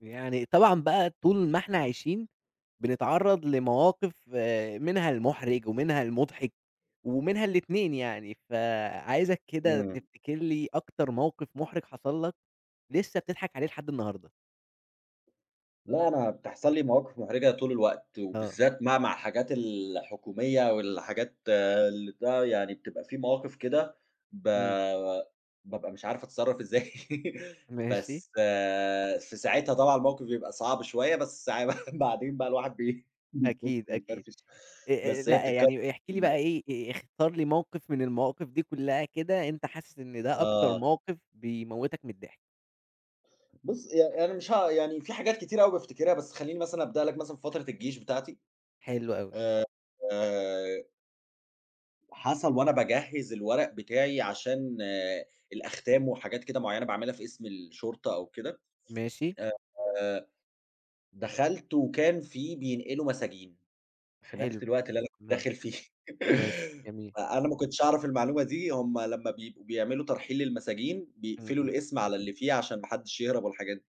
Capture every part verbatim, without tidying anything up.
يعني طبعًا بقى طول ما إحنا عايشين بنتعرّض لمواقف، آه، منها المُحرِج ومنها المُضحِك ومنها الاتنين يعني. فعايزك كده إمم. تفتكر لي أكتر موقف مُحرِج حصل لك لسه بتضحك عليه لحد النهارده؟ لأ، أنا بتحصل لي مواقف محرجة طول الوقت، آه. وبالذات بقى مع الحاجات الحكومية والحاجات اللي ده يعني بتبقى في مواقف كده ب إمم. بابقى مش عارف أتصرّف إزاي ماشي. بس في ساعتها طبعًا الموقف بيبقى صعب شوية، بس ساع بعدين بقى الواحد بي بيفُك أكيد، أكيد. ويفرفش، آآ، آآ، بس هي لأ، بتتكرر. يعني احكِ لي بقى إيه. آآ، اختار لي موقف من المواقف دي كلّها كده أنت حاسس إن ده أكتر آه، موقف بيموّتك من الضحك. بُص يعني أنا مش ه يعني في حاجات كتيرة أوي بافتكرها، بس خلّيني مثلًا أبدأ لك مثلًا في فترة الجيش بتاعتي. حلو أوي. آآ حصل وأنا باجهّز الورق بتاعي عشان آه، الأختام وحاجات كده معيّنة باعملها في قسم الشرطة أو كده. ماشي. آآ دخلت وكان في بينقلوا مساجين في حلو. نفس الوقت اللي أنا كنت تمام. داخل فيه. ماشي. جميل. فأنا ما كنتش أعرف المعلومة دي، هم لمّا بيبقوا بيعملوا ترحيل للمساجين إمم، بيقفلوا إمم. القسم على اللي فيه عشان ما حدش يهرب والحاجات دي.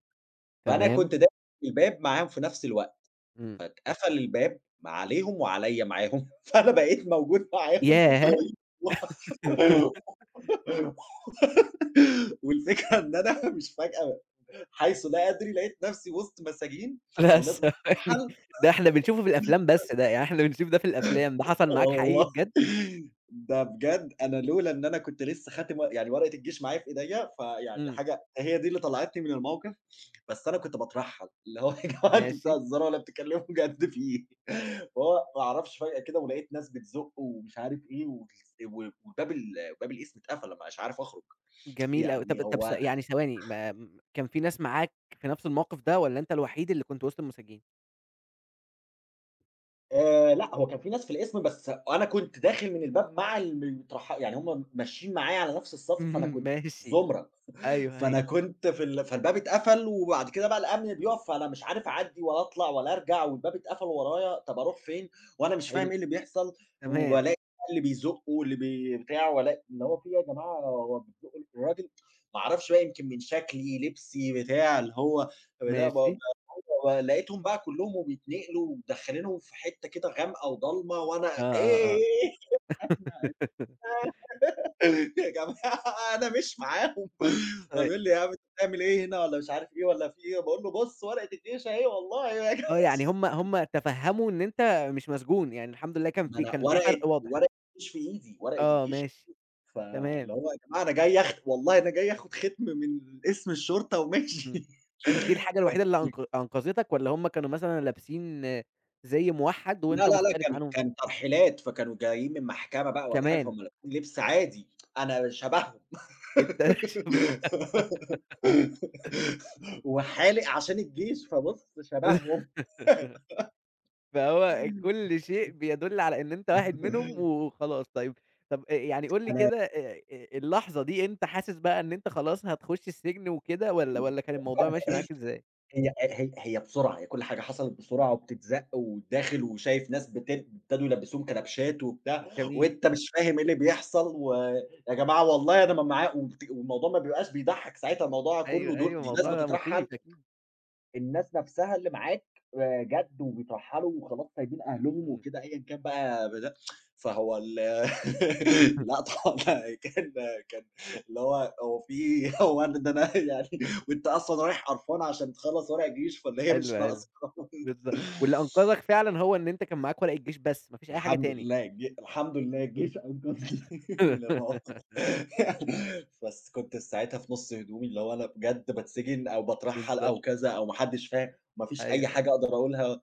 فأنا تمام. كنت داخل الباب معاهم في نفس الوقت، إمم. قفل الباب عليهم وعليّا معاهم، فأنا بقيت موجود معاهم. ياه! والفكرة إن أنا مش فجأة حيث لا أدري لقيت نفسي وسط مساجين لأ، أو ناس ثواني. بتترحل. ده إحنا بنشوفه في الأفلام بس، ده يعني إحنا بنشوف ده في الأفلام، ده حصل معاك حقيقي والله بجد؟ ده بجد، أنا لولا إن أنا كنت لسه خاتم ور يعني ورقة الجيش معايا في إيديّا، فيعني إمم. حاجة هي دي اللي طلعتني من الموقف. بس أنا كنت باترحل، اللي هو يا جماعة أنتم ماشي. بتهزروا والّا بتتكلموا جد في إيه؟ فهو ما أعرفش فجأة كده ولقيت ناس بتزُق ومش عارف إيه، والس و وباب ال باب القسم اتقفل، ما بقاش عارف أخرج. جميل أوي. طب يعني طب ث هو يعني ثواني، ما م كان في ناس معاك في نفس الموقف ده والّا أنت الوحيد اللي كنت وسط المساجين؟ آآ لأ، هو كان في ناس في القسم بس أنا كنت داخل من الباب مع الم مترح يعني هم ماشيين معايا على نفس الصف، فأنا اهم. كنت في ماشي. الزمرة. أيوه، فأنا أيوه. كنت في ال فالباب اتقفل، وبعد كده بقى الأمن بيُقف، فأنا مش عارف أعدّي ولا أطلع ولا أرجع، والباب اتقفل ورايا، طَب أروح فين؟ وأنا مش فاهم حلو. إيه اللي بيحصل، تمام. وبالاقي اللي بيزُق واللي بي بتاع، والاقي اللي هو في إيه يا جماعة هو بتزُقوا ال الراجل. ما أعرفش بقى يمكن من شكلي، لبسي، بتاع، اللي هو بتاع ب ماشي. ب ب- لقيتهم بقى كلّهم وبيتنقلوا ومدخّلينهم في حتّة كده غامقة وضلمة وأنا آه، آه، آه. إيه. أنا يا جماعة أنا مش معاهم. طب طيب. يقول لي: "يا عم أنت بتعمل إيه هنا والّا مش عارف إيه والّا في إيه." باقول له: "بُص ورقة الجيش أهي والله يا جماعة." آه، يعني هم هم تفهموا إن أنت مش مسجون. يعني الحمد لله كان ما في أنا كان في ورقة فرق واضح. ورقة الجيش في إيدي، ورقة آه. الجيش. ماشي. تمام. فاللي هو يا جماعة أنا جاي أخ والله أنا جاي آخد ختم من اسم الشرطة وماشي. إمم. دي دي الحاجة الوحيدة اللي أنق أنقذتك، والّا هم كانوا مثلًا لابسين زي موحّد لا، وأنت لا، لا، مختلف كان عنهم؟ كان ترحيلات، فكانوا جايين من محكمة بقى والّا حاجة، فهُم كمان! لابسين لبس عادي، أنا شبههم أنت وحالق عشان الجيش، فبُص شبههم. فهو كل شيء بيدُل على إن أنت واحد منهم وخلاص. طيب. طب آآ يعني قُل لي كده. آآ اللحظة دي أنت حاسس بقى إن أنت خلاص هتخُش السجن وكده، والّا والّا كان الموضوع ماشي معاك إزاي؟ هي هي هي بسرعة، هي كل حاجة حصلت بسرعة وبتتزق وداخل وشايف ناس بت ابتدوا يلبّسوهم كلبشات وبتاع، جميل. وأنت مش فاهم إيه اللي بيحصل، ويا جماعة والله أنا ما معا وبت والموضوع ما بيبقاش بيضحّك ساعتها، الموضوع كُلّه أيوه، دول أيوه، دي ناس موضوع بتترحّل، مخيف أكيد. الناس نفسها اللي معاك آآ جَد وبيترحّلوا وخلاص سايبين أهلهم إمم. وكده أيًا كان بقى بدا. فهو ال لأ طبعًا كان كان اللي هو هو في هو أنا ده أنا يعني وأنت أصلًا رايح قرفان عشان تخلّص ورق جيش فاللي هي حلو، مش حلو. ناقصة. بالضبط. واللي أنقذك فعلًا هو إن أنت كان معاك ورقة جيش بس، ما فيش أي حاجة الحمد تاني. لله الج الحمد لله الجيش أنقذني من الموقف. بس كنت ساعتها في نُص هدومي اللي هو أنا بجد باتسجن أو باترحّل بالضبط. أو كذا أو ما حدّش فاهم، ما فيش أي أيوه، أيوه. حاجة أقدر أقولها.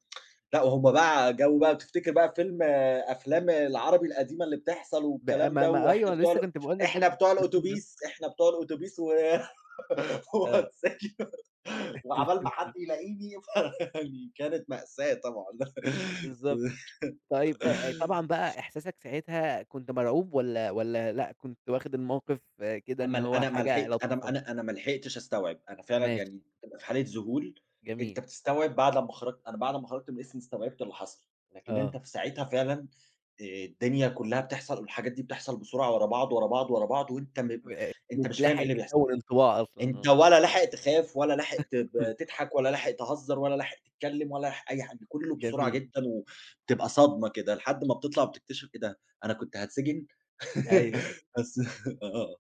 لأ، وهُم بقى جو بقى بتفتكر بقى فيلم آه، أفلام العربي القديمة اللي بتحصل بقى والكلام ما ده، ما أيوه، وإحنا أنا بتوع ال لسه كنت باقول لك ده إحنا بخصوص بتوع الافلام الأوتوبيس بس. إحنا بتوع الأوتوبيس و آه. وهاتساكن وعَبال ما حد يلاقيني ف يعني كانت مأساة طبعًا. بالضبط. ك طيب، آآ، طبعًا بقى إحساسك ساعتها كنت مرعوب، والّا والّا لأ، كنت واخد الموقف، آه كده، إن أما ال هو أنا ما حاجة لحقت أنا م لطيفة؟ أنا أنا ما لحقتش أستوعب، أنا فعلًا ماشي. يعني بتبقى في حالة ذهول، جميل. أنت بتستوعب بعد أمّا خرجت. أنا بعد ما خرجت من القسم استوعبت اللي حصل، لكن أنت آه. في ساعتها فعلًا آآ الدنيا كلّها بتحصل والحاجات دي بتحصل بسرعة ورا بعض، ورا بعض، ورا بعض، وأنت م ب أنت أنت مش مش فاهم إيه لاحق اللي بيحصل، تكوّن انطباع أصلًا. أنت آه. ولا لاحق تخاف ولا لاحق تب تضحك ولا لاحق تهزر ولا لاحق تتكلم ولا لاحق أي حاجة، كلّه بسرعة جميل. جدًا وبتبقى صدمة كده، لحد ما بتطلع وبتكتشف إيه ده، أنا كنت هاتسجن! أيوه. بس آه،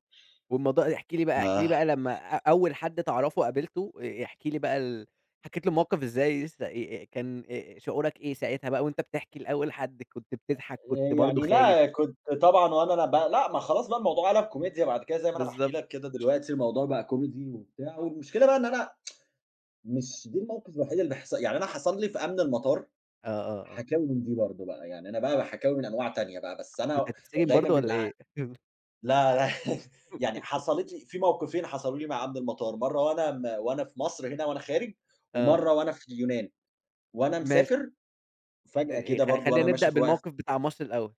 والموضوع، احكِ لي بقى احكِ لي آه، بقى لمّا أ أول حد تعرفه قابلته، آآ، احكِ لي بقى، ال حكيت له الموقف إزاي، س آآ، كان، آآ، شعورك إيه ساعتها بقى وأنت بتحكي لأول حد كنت بتضحك، كنت برضه يعني خايف؟ لأ كنت طبعًا وأنا أنا ب لأ ما خلاص بقى الموضوع قَلَب كوميديا بعد كده زي ما أنا باحكي بالضبط. لك كده دلوقتي الموضوع بقى كوميدي وبتاع، والمشكلة بقى إن أنا مش دي الموقف الوحيد اللي حصل، يعني أنا حصل لي في أمن المطار آه، آه، آه. حكاوي من دي برضه بقى، يعني أنا بقى حكاوي من أنواع تانية بقى، بس كنت أنا هتتسجن دايمًا برضه والّا بيبقى إيه؟ لا، لا. يعني حصلت لي في موقفين حصلوا لي مع أمن المطار، مرّة وأنا م وأنا في مصر هنا وأنا خارج، آه. ومرّة وأنا في اليونان، وأنا ماشي. مسافر فجأة آآ، كده خ برضه وأنا خلّينا نبدأ ماشي في واقف. بالموقف بتاع مصر الأول.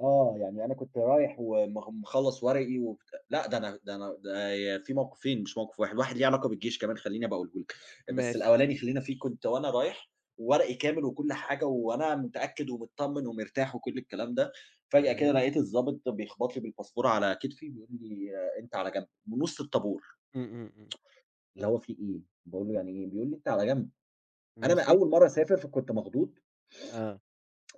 آه، يعني أنا كنت رايح ومخ مخلّص ورقي وبت لأ ده أنا ده أنا ده في موقفين مش موقف واحد، واحد ليه علاقة بالجيش كمان خلّيني أبقى أقوله لك، بس ماشي. الأولاني خلّينا فيه كنت وأنا رايح ورقي كامل وكل حاجة وأنا متأكد ومتطمن ومرتاح وكل الكلام ده، فجأة كده تمام. لقيت الضابط بيخبط لي بالباسبور على كتفي بيقول لي: آه، "أنت على جنب." من وسط الطابور، إمم، إمم، إمم. اللي هو في إيه؟ باقول له: "يعني إيه؟" بيقول لي: "أنت على جنب." أنا م ماشي. أول مرّة أسافر فكنت مخضوض، آه.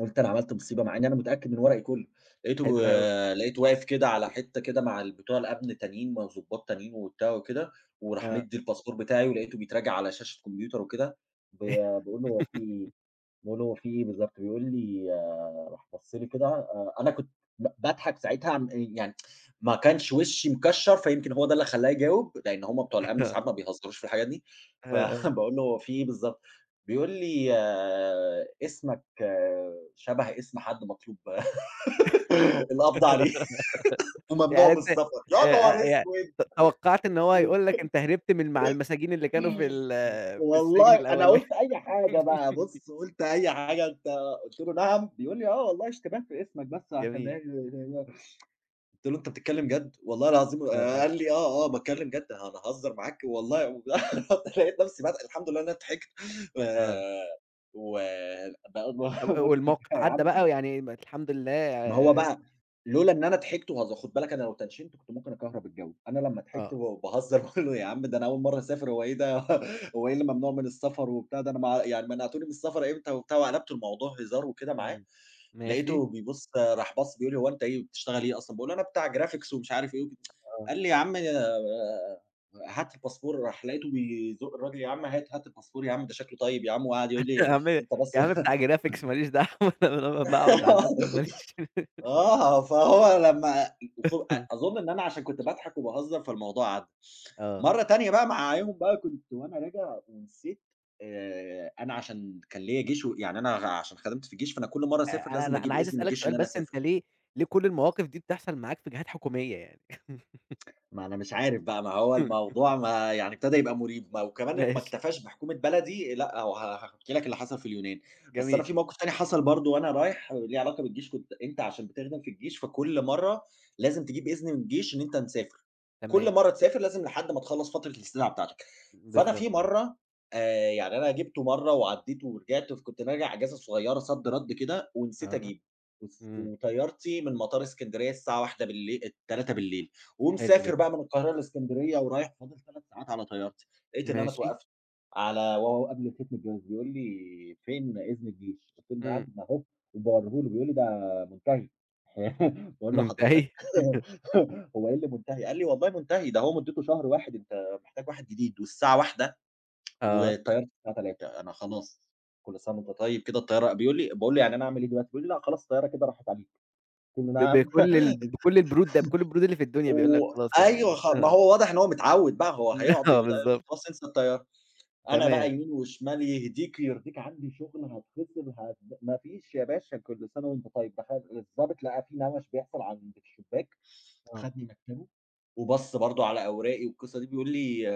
قُلت أنا عملت مصيبة، مع إني أنا متأكد من ورقي كُلّه، لقيته حلو أوي. آه، لقيته واقف كده على حتّة كده مع ال بتوع الأمن تانيين، ما ضباط تانيين وبتاع وكده، وراح آه. مدّي الباسبور بتاعي، ولقيته بيتراجع على شاشة كمبيوتر وكده، ب باقول له: "هو في إيه؟" باقول له: "هو في إيه بالضبط؟" بيقول لي آآ راح بَص لي كده آآ أنا كنت ب باضحك ساعتها م يعني ما كانش وشّي مكشّر، فيمكن هو ده اللي خلّاه يجاوب، لإن هم بتوع الأمن ساعات ما بيهزروش في الحاجات دي، آه، آه. فباقول له: "هو في إيه بالضبط؟" بيقول لي: آه، "اسمك آه، شَبه اسم حد مطلوب القبض عليه آه. وممنوع يعني من أنت السفر." يا نهار آآ ي أسود! ت توقّعت إن هو هيقول لك أنت هربت من مع المساجين اللي كانوا في ال في السجن والله أنا الأولاني. قُلت أي حاجة بقى، بُص قُلت أي حاجة، أنت قُلت له: "نعم؟" بيقول لي: "آه والله اشتباه في اسمك بس عشان" جميل. قُلت له: "أنت بتتكلم جد؟" "والله العظيم" آآ آه، آه، قال لي: "آه، آه باتكلم جد، أنا هاهزر معاك والله." رُحت لقيت نفسي بضحك. الحمد لله إن أنا ضحكت آه. آآ، و باقول طب له: والموقف "يا عدّى عم بقى يعني. م الحمد ما هو لله. بقى لولا إن أنا ضحكت وهز خُد بالك أنا لو تنشنت كنت ممكن أكهرب الجو، أنا لمّا ضحكت آه. و وباهزر باقول له: "يا عم ده أنا أول مرّة أسافر، هو إيه ده هو إيه اللي ممنوع من السفر وبتاع ده، أنا ما يعني منعتوني من السفر إمتى؟" وبتاع وقلبت الموضوع هزار وكده معاه، إمم. ماشي. لقيته بيبُص راح باص بيقول لي: "هو أنت إيه بتشتغل إيه أصلًا؟" باقول له: "أنا بتاع graphics ومش عارف إيه وكده." آه. قال لي: "يا عم آه، هات الباسبور." راح لقيته بيزُق الراجل: "يا عم هات، هات الباسبور يا عم ده شكله طيب يا عم." وقعد يقول لي: يا عم، يا "أنت بس" عم بتاع graphics ما ليش دعوة. أنا لمّا باقعد على اللاب توب ما ليش. آه، فهو لمّا خ أظن إن أنا عشان كنت باضحك وباهزر فالموضوع عدّى. آه. مرّة تانية بقى معاهم بقى كنت وأنا راجع ونسيت. آآ أنا عشان كان ليّا جيش و يعني أنا عشان خدمت في الجيش، فأنا كل مرّة أ أسافر لازم أنا أنا أجيب عايز إذن من أسألك الجيش إن سؤال، أنا بس أنت أسافر. ليه ليه كل المواقف دي بتحصل معاك في جهات حكومية يعني؟ ما أنا مش عارف بقى، ما هو الموضوع ما يعني ابتدى يبقى مُريب، ما وكمان ما ماشي. اكتفاش بحكومة بلدي، لأ هو ه هاحكي لك اللي حصل في اليونان، بس أنا جميل. في موقف تاني حصل برضه وأنا رايح ليه علاقة بالجيش، كنت أنت عشان بتخدم في الجيش، فكل مرّة لازم تجيب إذن من الجيش إن أنت مسافر، تمام. كل مرّة تسافر لازم لحد ما تخلّص فترة الاستدعاء بتاعتك، فأنا في بالضبط. آه. مرّة آآ، يعني أنا جِبته مرّة وعدّيته ورجعت، فكنت راجع إجازة صغيّرة صد رد كده آه، ونسيت آه. أجيبه، وس إمم. وطيارتي من مطار إسكندرية الساعة واحدة باللي التالتة. حلو ومسافر جدًا. بقى من القاهرة لإسكندرية ورايح فاضل تلات ساعات على طيارتي، لقيت إن أنا ماشي. اتوقفت على وهو قبل ختم الجواز بيقول لي: "فين إذن الجيش؟" قُلت له: إمم. "نعم أهو." وباوريه له بيقول لي: "ده منتهي." باقول له: "حضرتك منتهي. هو إيه اللي منتهي؟" قال لي: "والله منتهي ده هو مدته شهر واحد أنت محتاج واحد جديد والساعة واحدة آه. والطيارة الساعة التالتة أنا خلاص." كل سنة وأنت طيب كده الطيارة بيقول لي باقول له: "يعني أنا أعمل إيه دلوقتي؟" بيقول لي: "لأ خلاص الطيارة كده راحت عليك." قُلت له: ب "نعم." بكل ال بكل البرود ده، بكل البرود اللي في الدنيا بيقول لك خلاص وأيوه يعني. خ ما آه. هو واضح إن هو متعوّد بقى، هو هيقعد آه، يقول لي بالضبط. خلاص انسى الطيارة، أنا بقى تمام. يمين وشمال يهديك يرضيك عندي شغل هاتخصم هات ما فيش يا باشا كل سنة وأنت طيب، تخيّل الضابط لقى في نَوَش بيحصل عند الشباك آه. خدني مكتبه وبَص برضه على أوراقي والقصة دي بيقول لي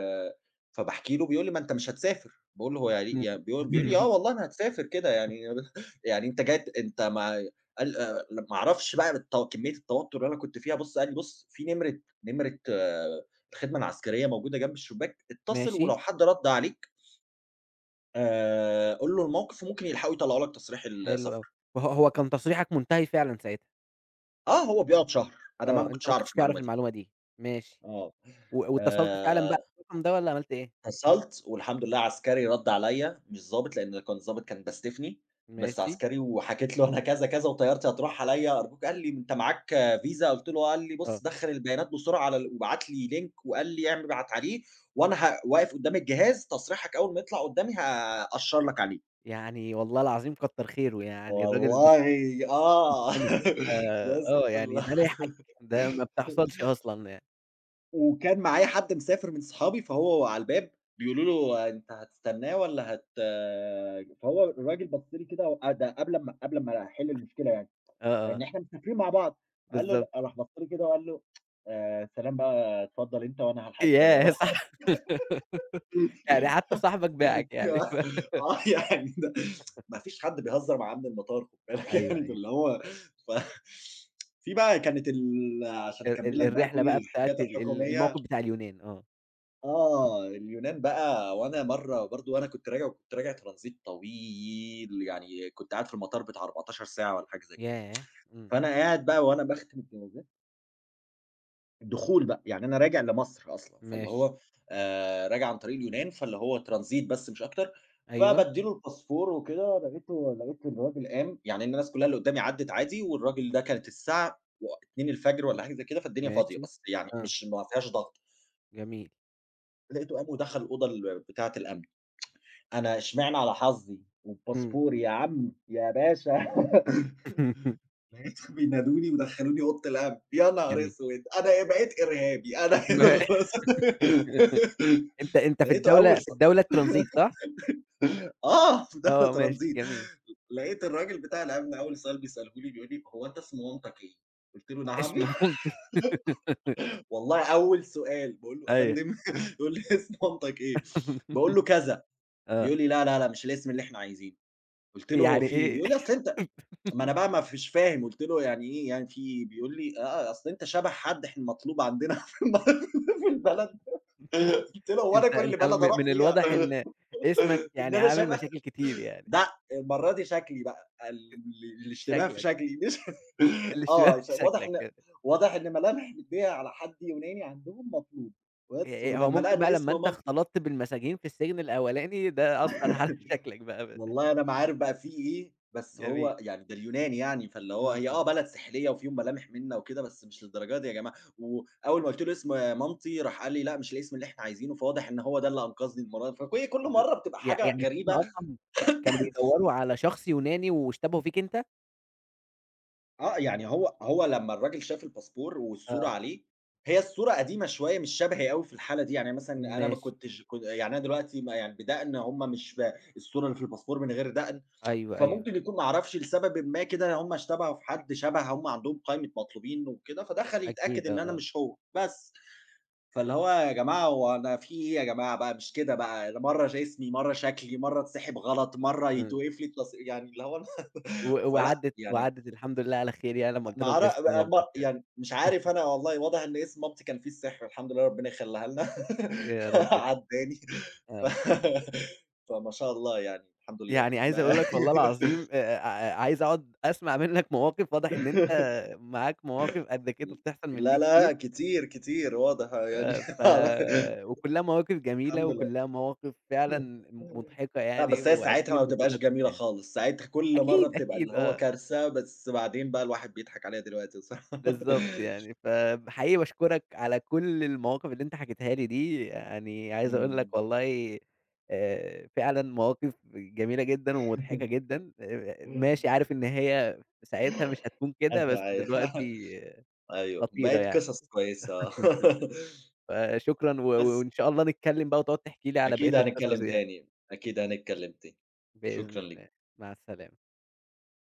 فباحكي له بيقول لي: "ما أنت مش هتسافر." باقول له: "هو يعني يع" بيقول بيقول لي: "آه إمم. والله أنا هتسافر كده يعني يعني أنت جاي ت أنت ما" قال آآ ما أعرفش بقى التو كمية التوتر اللي أنا كنت فيها بُص قال لي: "بُص في نمرة نمرة آه، الخدمة العسكرية موجودة جنب الشباك، اتصل ماشي. ولو حد رَد عليك آآ قُل له الموقف وممكن يلحقوا يطلعوا لك تصريح حلو السفر." أوي. فه هو كان تصريحك منتهي فعلًا ساعتها؟ آه، هو بيقعد شهر، أنا بقى آه، ما أنت كنتش ما كنتش أعرف تعرف المعلومة دي. المعلومة دي. ماشي. آه. و واتصلت فعلًا آآ بقى بالرقم ده والّا عملت إيه؟ اتصلت والحمد لله عسكري رَد عليّا، مش ضابط لإن كان الضابط كان باستفني، بس ماشي. عسكري وحكيت له أنا كذا، كذا وطيارتي هتروح عليّا أرجوك. قال لي: "أنت معاك فيزا؟" قُلت له آه، قال لي: آه. "بُص دخّل البيانات بسرعة على ال وبعت لي لينك." وقال لي: "اعم ابعت عليه وأنا ه واقف قدّام الجهاز تصريحك أول ما يطلع قدّامي هاقشّر لك عليه." يعني والله العظيم كتّر خيره يعني الراجل ده. والله آه، مجتمع. آآ، بُص آه، يعني ال ده لحقك، ده ما بتحصلش أصلًا يعني. وكان معايا حد مسافر من صحابي، فهو على الباب بيقولوا له: "أنت هتستناه والّا هت." فهو الراجل بَص لي كده وق ده قبل أمّا قبل أمّا أحِل المشكلة يعني، آه، لإن آه. إحنا مسافرين مع بعض. قال له بالضبط. لأ، راح بَص لي كده وقال له: "آآ سلام بقى، اتفضّل أنت وأنا هالحق ياه! الطيارة." صح. يعني حتى صاحبك باعك يعني. ف آه، يعني ده ما فيش حد بيهزّر مع أمن المطار، خُد بالك أيوه، يعني، أيوه. فاللي هو ف في بقى كانت ال عشان ال أكمّل ال لك بقى الرحلة كل بقى بتاعة الحاجات ال ال الحكومية. الموقف بتاع اليونان، آه. آه، اليونان بقى. وأنا مرّة برضه وأنا كنت راجع وكنت راجع ترانزيت طويل، يعني كنت قاعد في المطار بتاع أربعتاشر ساعة والّا حاجة زي كده، ياه! إمم. فأنا قاعد بقى وأنا باختم الجوازات الدخول بقى، يعني أنا راجع لمصر أصلًا، فاللي ماشي. هو آآ، راجع عن طريق اليونان، فاللي هو ترانزيت بس مش أكتر. أيوه. فبادّي له الباسبور وكده، لقيته لقيت الراجل قام، يعني إن الناس كلّها اللي قدّامي عدِّت عادي، والراجل ده كانت الساعة و اتنين والّا حاجة زي كده، فالدنيا فاضية، ماشي. بس يعني آه. مش ما فيهاش ضغط. جميل. لقيته قام ودخل الأوضة ال بتاعة الأمن. أنا إشمعنى على حظّي إمم. والباسبور، يا عم، يا باشا. لقيتهم بينادوني ودخلوني أوضة الأمن، يا نهار جميل. أسود! أنا إيه، بقيت إرهابي؟ أنا كده ما خلاص أنت أنت في لقيته الدولة، أول في سؤ. الدولة الترانزيت صح؟ آه، في دولة آه. ماشي ترانزيت. جميل. لقيت الراجل بتاع الأمن أول سؤال بيسأله لي بيقول لي: "هو أنت اسم مامتك إيه؟" قُلت له: "نعم؟" اسم مامتي؟ والله أول سؤال، باقول له: "يا أيوه. فندم" يقول لي: "اسم مامتك إيه؟" باقول له: "كذا." آه. بيقول لي: "لا، لا، لأ، مش الاسم اللي إحنا عايزينه." قُلت له: "هو يعني في إيه؟" إيه؟ بيقول لي: "أصل أنت". ما أنا بقى ما فيش فاهم، قُلت له: "يعني إيه، يعني في إيه؟" بيقول لي: "آه، آه، أصل أنت شبه حد إحنا مطلوب عندنا في الب في البلد." قُلت له: "هو أنا أنت كل أنت م بلد أروح من فيها الواضح إن اسمك إن يعني أنا عامل شبه؟" مشاكل كتير يعني. لأ، المرّة دي شكلي بقى، ال الاشتباه في شكلك. شكلي مش الاشتباك آه، ش في واضح شكلك إن كده. واضح إن ملامح مدّيها على حد يوناني عندهم مطلوب، بس آآ هو ولمّا لقى ممكن إن بقى لمّا اسم. أنت اختلطت بالمساجين في السجن الأولاني ده أثّر على شكلك بقى؟ ب والله أنا ما عارف بقى في إيه، بس جميل. هو يعني ده اليونان يعني، فاللي هو إمم، هي آه إمم. بلد ساحلية وفيهم ملامح منا وكده، بس مش للدرجة دي يا جماعة. وأول ما قُلت له اسم مامتي راح قال لي: "لأ، مش الاسم اللي إحنا عايزينه." فواضح إن هو ده اللي أنقذني المرّة دي، فكل كل ب مرّة بتبقى يع حاجة يعني هُم غريبة. أصلًا كانوا بيدوّروا على شخص يوناني واشتبهوا فيك أنت؟ آه، يعني هو هو لمّا الراجل شاف الباسبور والصورة آه. عليه، هي الصورة قديمة شوية مش شبهي أوي في الحالة دي، يعني مثلًا أنا ما ماشي. كنتش كن يعني أنا دلوقتي ما يعني بدقن، هم مش ب الصورة اللي في الباسبور من غير دقن. أيوه، أيوه. فممكن يكون ما أعرفش لسببٍ ما كده هم اشتبهوا في حد شَبَه، هم عندهم قائمة مطلوبين وكده، فدخل يتأكد أكيد. آه، إن أنا آه. مش هو بس. فاللي هو يا جماعة هو أنا في إيه يا جماعة بقى مش كده بقى، مرّة ش اسمي، مرّة شكلي، مرّة اتسحب غلط، مرّة إمم. يتوقف لي التص يعني اللي هو أنا و فلأ، وعدِّت يعني وعدِّت الحمد لله على خير يعني، لمّا قُلت ما لهم أعر اسم ب ب مامتك يعني. يعني مش عارف أنا والله واضح إن اسم مامتي كان فيه السحر، الحمد لله ربنا يخلّيها لنا. يا رب. عدّاني ف آه. فما شاء الله يعني الحمد لله. يعني عايز أقول لك والله العظيم، آآ ع عايز أقعد أسمع منّك مواقف. واضح ب إن أنت معاك مواقف قد كده ل بتحصل من دي لا، كتير. لا، كتير، كتير واضح يعني. آآ، ف وكلّها مواقف جميلة، الحمد لله. وكلّها مواقف فعلًا م مضحكة لأ، يعني. بس هي وأكيد ساعتها ما أنت مش هتقدر بتبقاش جميلة تنساها. خالص، ساعتها كل مرّة أكيد، بتبقى اللي أكيد. هو آه. كارثة، بس بعدين بقى الواحد بيضحك عليها دلوقتي بصراحة. بالضبط يعني. فحقيقي باشكرك على كل المواقف اللي أنت حكيتها لي دي. يعني عايز أقول لك إمم. والله، آآ، فعلًا مواقف جميلة جدًا ومضحكة جدًا. آآ، ماشي، عارف إن هي ساعتها مش هتكون كده، أيوه، بس أيوه، دلوقتي أيوه، خطيرة بقِت يعني. قصص كويسة. فشكرًا. و بس، وإن شاء الله نتكلّم بقى وتقعد تحكي لي على بقية أكيد القصص هنتكلّم يعني. تاني، أكيد هنتكلّم تاني. بإذن شكرًا ليك. الله. مع السلامة.